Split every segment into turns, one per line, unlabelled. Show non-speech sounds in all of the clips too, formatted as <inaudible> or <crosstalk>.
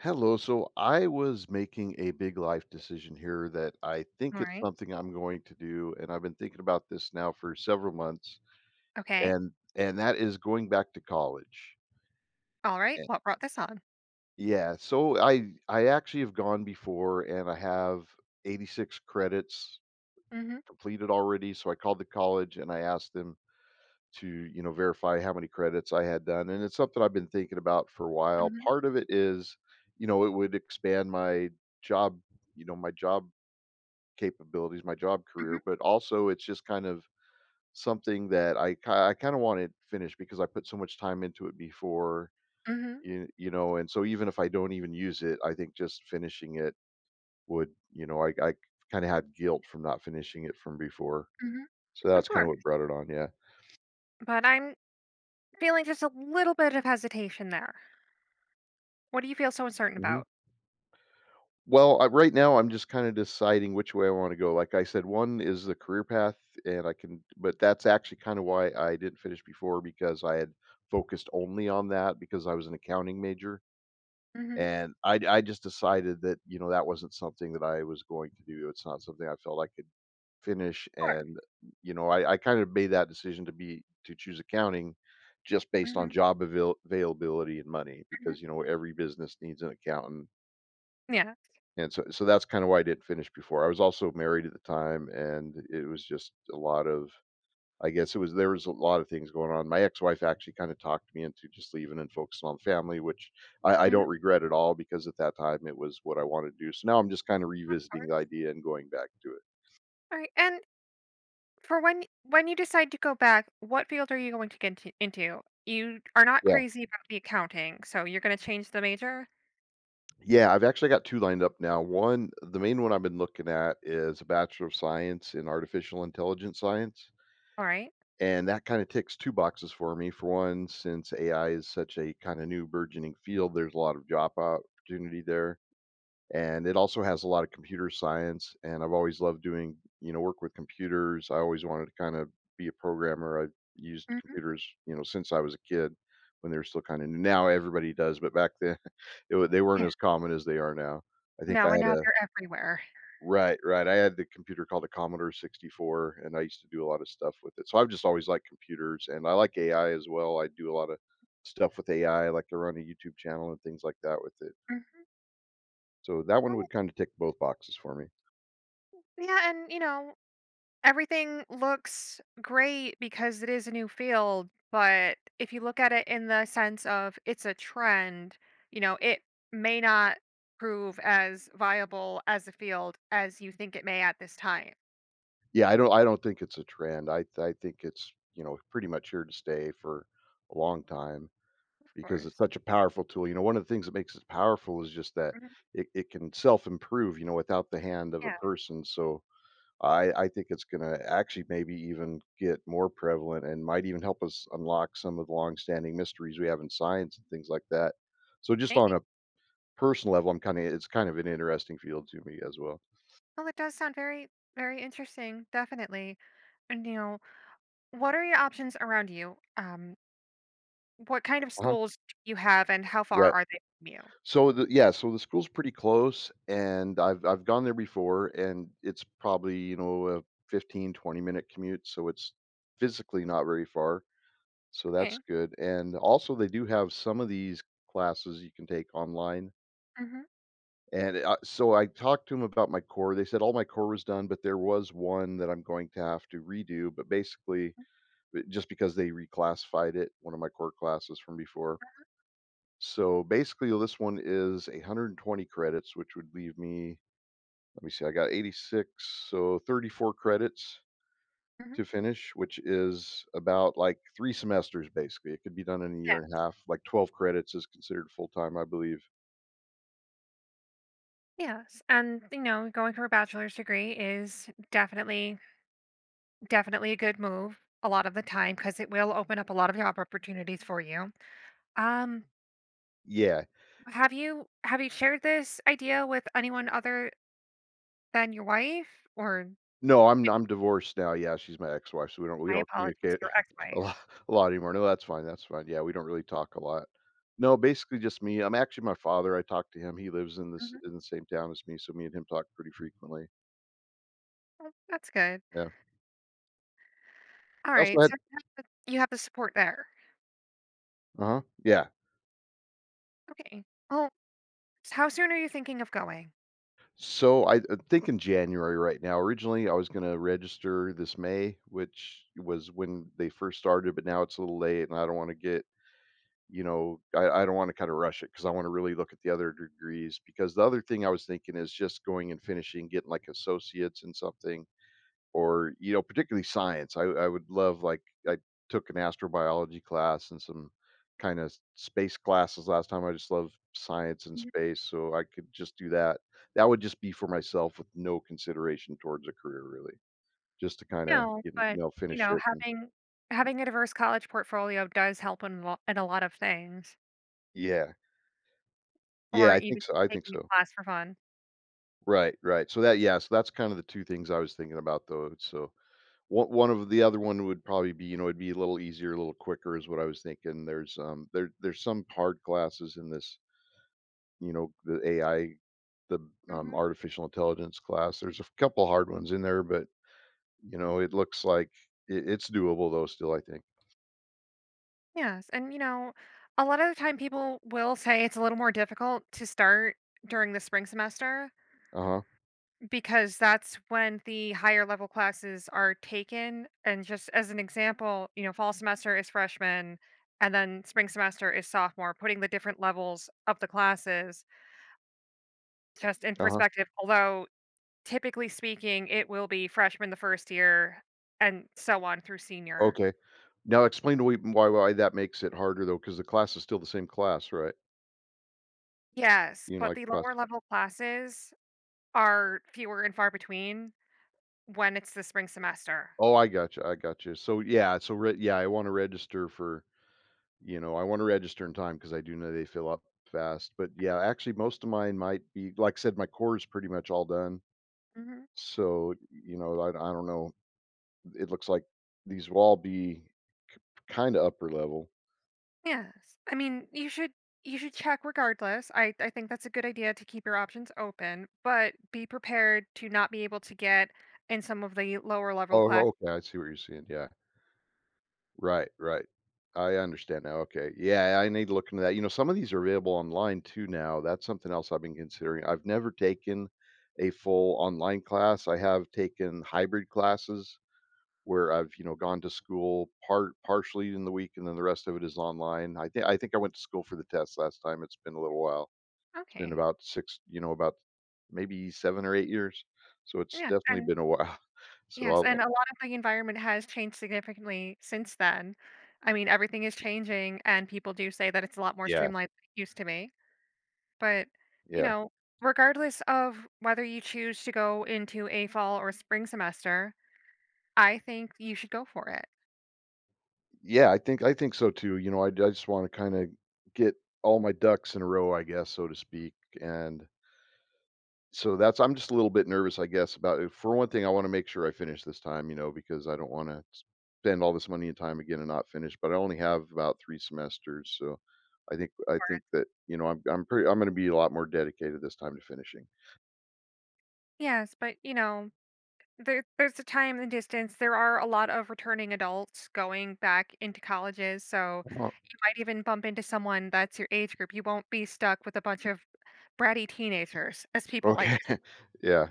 Hello. So I was making a big life decision here that I think
All
it's
right.
something I'm going to do, and I've been thinking about this now for several months,
Okay.
and that is going back to college.
All right.
And
What brought this on?
yeah, so I actually have gone before, and I have 86 credits
Mhm.
completed already. So I called the college and I asked them to verify how many credits I had done, and it's something I've been thinking about for a while.
Mhm.
Part of it is, it would expand job my job capabilities, my job career,
Mhm.
but also it's just kind of something that I kinda want it finished because I put so much time into it before,
Mhm.
you know, and so even if I don't even use it, I think just finishing it would, I kinda had guilt from not finishing it from before.
Mhm.
So
Of
that's kinda
course.
what brought it on, yeah.
But I'm feeling just a little bit of hesitation there. What do you feel so uncertain
Mhm.
about?
Well, I right now, I'm just kinda deciding which way I wanna go. Like I said, one is the career path, and I can but that's actually kinda why I didn't finish before because I had focused only on that because I was an accounting major,
Mhm. Of
and I just decided that, you know, that wasn't something that I was going to do. It's not something I felt I could finish,
course.
and, I kind of made that decision to choose accounting just based on
Mhm.
job availability and money
Mhm.
because, every business needs an accountant.
Yeah.
And so that's kinda why I didn't finish before. I was also married at the time, and it was just a lot of I guess it was there was a lot of things going on. My ex-wife actually kinda talked me into just leaving and focusing on family, which I don't
Mhm.
regret at all because at that time, it was what I wanted to do. So now I'm just kinda revisiting the
Of
idea and going back to it.
All right. And for when you decide to go back, what field are you going to get into? You are not
Yeah.
crazy about the accounting, so you're going to change the major.
Yeah, I've actually got 2 lined up now. One the main one I've been looking at is a Bachelor of Science in Artificial Intelligence Science.
All right.
And that kind of ticks two boxes for me. For one, since AI is such a kind of new burgeoning field, there's a lot of job opportunity there. And it also has a lot of computer science. And I've always loved doing, work with computers. I always wanted to kind of be a programmer. I've used
Mhm.
computers, since I was a kid when they were still kind of new. Now everybody does, but back then <laughs> they weren't
Yeah.
as common as they are now. I think I
No, and
had
now
a.
they're everywhere.
Right, right. I had the computer called a Commodore 64, and I used to do a lot of stuff with it. So I've just always liked computers, and I like AI as well. I do a lot of stuff with AI, like to run a YouTube channel and things like that with it.
Mhm.
So that one
Oh,
would kind of tick both boxes for me.
yeah, and you know, everything looks great because it is a new field, but if you look at it in the sense of it's a trend, you know, it may not prove as viable as a field as you think it may at this time.
Yeah, I don't think it's a trend. I think it's, pretty much here to stay for a long time
Of
because it's
course.
such a powerful tool. You know, one of the things that makes it powerful is just that
Mhm.
it can self-improve, without the hand of a
Yeah,
person. So I think it's gonna actually maybe even get more prevalent and might even help us unlock some of the longstanding mysteries we have in science and things like that. So just on
maybe.
a personal level, I'm kinda it's kind of an interesting field to me as well.
Well, it does sound very, very interesting, definitely. And, you know, what are your options around you? What kind of
Uh-huh.
schools do you have and how far
Right.
are they from you?
So the school's pretty close and I've gone there before and it's probably, a 15-20 minute commute, so it's physically not very far. So that's
Okay.
good. And also they do have some of these classes you can take online.
Hmm.
And, so I talked to 'em about my core, they said all my core was done, but there was one that I'm going to have to redo, but basically b just because they reclassified it, one of my core classes from before. So, basically, this one is 120 credits, which would leave me, let me see, I got 86, so 34 credits
Hmm.
to finish, which is about, like, 3 semesters, basically. It could be done in a year and a half, like, 12 credits is considered full-time, I believe.
Yes, and you know, going for a bachelor's degree is definitely a good move a lot of the time because it will open up a lot of job opportunities for you. Um,
Yeah.
have you shared this idea with anyone other than your wife or
No, I'm divorced now. Yeah, she's my ex-wife, so we don't we
my
don't
apologies,
communicate
your
<laughs> a
ex-wife?
lot a lot anymore. No, that's fine, that's fine. Yeah, we don't really talk a lot. No, basically just me. I'm actually My father, I talk to him. He lives
Mhm.
in the same town as me, so me and him talk pretty frequently.
Oh, that's good.
Yeah.
All
I also
right,
had.
so you have the support there.
Uh-huh. Yeah.
Okay. Well, how soon are you thinking of going?
So I think in January right now. Originally, I was going to register this May, which was when they first started, but now it's a little late, and I don't want to get you know, I don't want to kind of rush it because I want to really look at the other degrees. Because the other thing I was thinking is just going and finishing, getting like associates in something, or particularly science. I would love, like, I took an astrobiology class and some kind of space classes last time. I just love science and space, so I could just do that. That would just be for myself with no consideration towards a career, really, just to kind of
No, but, you
finish
know,
it. And,
having having a diverse college portfolio does help in a lot of things,
yeah, yeah,
or
I
even
think so. I think
taking a
so.
class for fun.
Right, right. So that's kind of the 2 things I was thinking about though. So one of the other one would probably be, it'd be a little easier, a little quicker is what I was thinking. There's some hard classes in this, you know, the AI, the
Mhm.
artificial intelligence class. There's a couple hard ones in there, but it looks like it's doable though still, I think.
Yes, and, you know, a lot of the time people will say it's a little more difficult to start during the spring semester
Uh-huh.
because that's when the higher level classes are taken, and just as an example, you know, fall semester is freshman, and then spring semester is sophomore, putting the different levels of the classes just in
Uh-huh.
perspective, although typically speaking, it will be freshman the first year and so on through senior.
Okay. Now explain to me why that makes it harder though, because the class is still the same class, right?
Yes,
You know,
but
like
the
class.
lower level classes are fewer and far between when it's the spring semester.
Oh, I got you. I got you. So yeah, so re yeah, I wanna register in time because I do know they fill up fast, but yeah, actually most of mine might be, like I said, my core is pretty much all done.
Mhm.
So, I don't know. It looks like these will all be kinda upper level.
Yes. I mean, you should check regardless. I think that's a good idea to keep your options open, but be prepared to not be able to get in some of the lower level class.
Oh, okay, I see what you're saying, yeah. Right, right. I understand now, okay. Yeah, I need to look into that. You know, some of these are available online too now. That's something else I've been considering. I've never taken a full online class. I have taken hybrid classes where I've, gone to school partially in the week and then the rest of it is online. I think I went to school for the test last time. It's been a little while. It's been
Okay.
about 6, about maybe 7 or 8 years. So it's
Yeah,
definitely
and
been a while. <laughs> So
yes, and
I'll
a lot of the environment has changed significantly since then. I mean, everything is changing, and people do say that it's a lot more
Yeah,
streamlined than it used to be. But, you
yeah.
know, regardless of whether you choose to go into a fall or spring semester, I think you should go for it.
Yeah, I think so too. You know, I just want to kind of get all my ducks in a row, I guess, so to speak. And so that's I'm just a little bit nervous, I guess, about it. For one thing, I want to make sure I finish this time, because I don't want to spend all this money and time again and not finish. But I only have about three semesters, so I think that I'm going to be a lot more dedicated this time to finishing.
Yes, but, you know, there's a time and distance. There are a lot of returning adults going back into colleges, so
Oh,
you might even bump into someone that's your age group. You won't be stuck with a bunch of bratty teenagers, as people like.
okay, <laughs> yeah.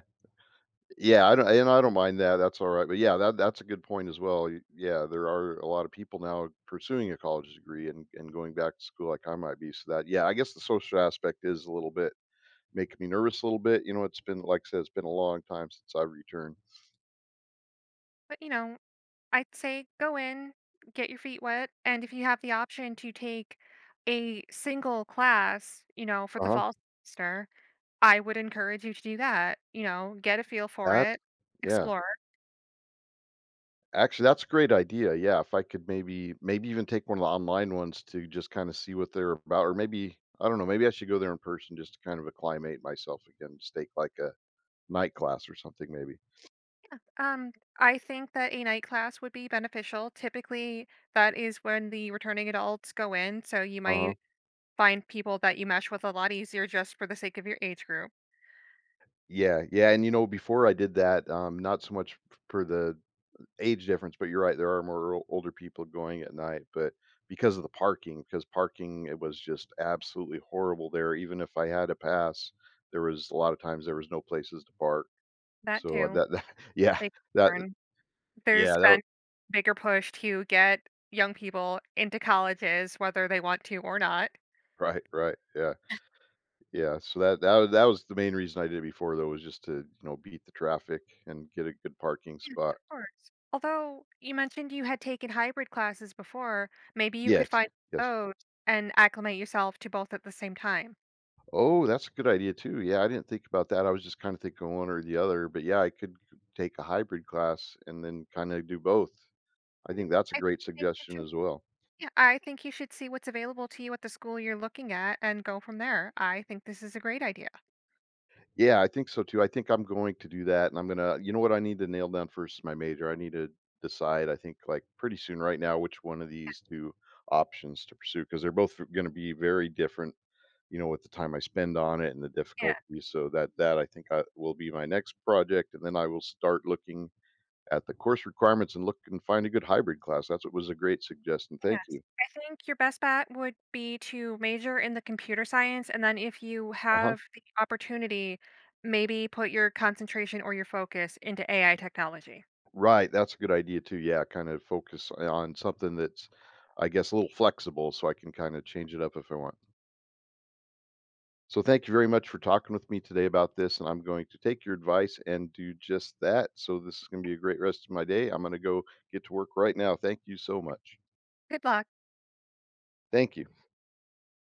Yeah, I don't mind that, that's alright, but yeah, that's a good point as well, y yeah, there are a lot of people now pursuing a college degree and going back to school like I might be, so that yeah, I guess the social aspect is a little bit making me nervous a little bit, it's been, like I said, it's been a long time since I've returned.
But, you know, I'd say go in, get your feet wet, and if you have the option to take a single class, you know, for the
Uh-huh.
fall semester, I would encourage you to do that. You know, get a feel for
That
it,
Yeah.
explore.
Actually, that's a great idea, yeah, if I could maybe even take one of the online ones to just kinda see what they're about, or maybe I don't know, maybe I should go there in person just to kind of acclimate myself again, just take like a night class or something maybe.
Um, I think that a night class would be beneficial. Typically, that is when the returning adults go in, so you
Uh-huh.
might find people that you mesh with a lot easier just for the sake of your age group.
Yeah, yeah, and, before I did that, not so much f for the age difference, but you're right, there are more o older people going at night, but because parking, it was just absolutely horrible there, even if I had a pass, there was a lot of times there was no places to park,
That
so
too.
that <laughs> yeah,
Big
that
burn. There's
yeah, that wa-
been bigger push to get young people into colleges, whether they want to or not.
right, right, yeah, yeah, so that was the main reason I did it before, though, was just to, beat the traffic and get a good parking
Yes,
spot.
of course. Although you mentioned you had taken hybrid classes before, maybe you could
Yes,
find
yes.
those and acclimate yourself to both at the same time.
Oh, that's a good idea too. Yeah, I didn't think about that. I was just kind of thinking one or the other, but yeah, I could take a hybrid class and then kind of do both. I
Yeah,
think
well,
that's a
I
great
think you
suggestion
should.
as well.
Yeah, I think you should see what's available to you at the school you're looking at and go from there. I think this is a great idea.
Yeah, I think so too. I think I'm going to do that, and I'm going to you know what I need to nail down first is my major. I need to decide I think like pretty soon right now which one of these two options to pursue because they're both going to be very different, with the time I spend on it and the difficulty. So that, I think, will be my next project, and then I will start looking at the course requirements and look and find a good hybrid class. That's what was a great suggestion. Thank
Yes.
you.
I think your best bet would be to major in the computer science, and then if you
Uh-huh.
have the opportunity, maybe put your concentration or your focus into AI technology.
Right, that's a good idea too. Yeah, kind of focus on something that's, I guess, a little flexible so I can kind of change it up if I want. So thank you very much for talking with me today about this, and I'm going to take your advice and do just that. So this is going to be a great rest of my day. I'm going to go get to work right now. Thank you so much.
Good luck.
Thank you.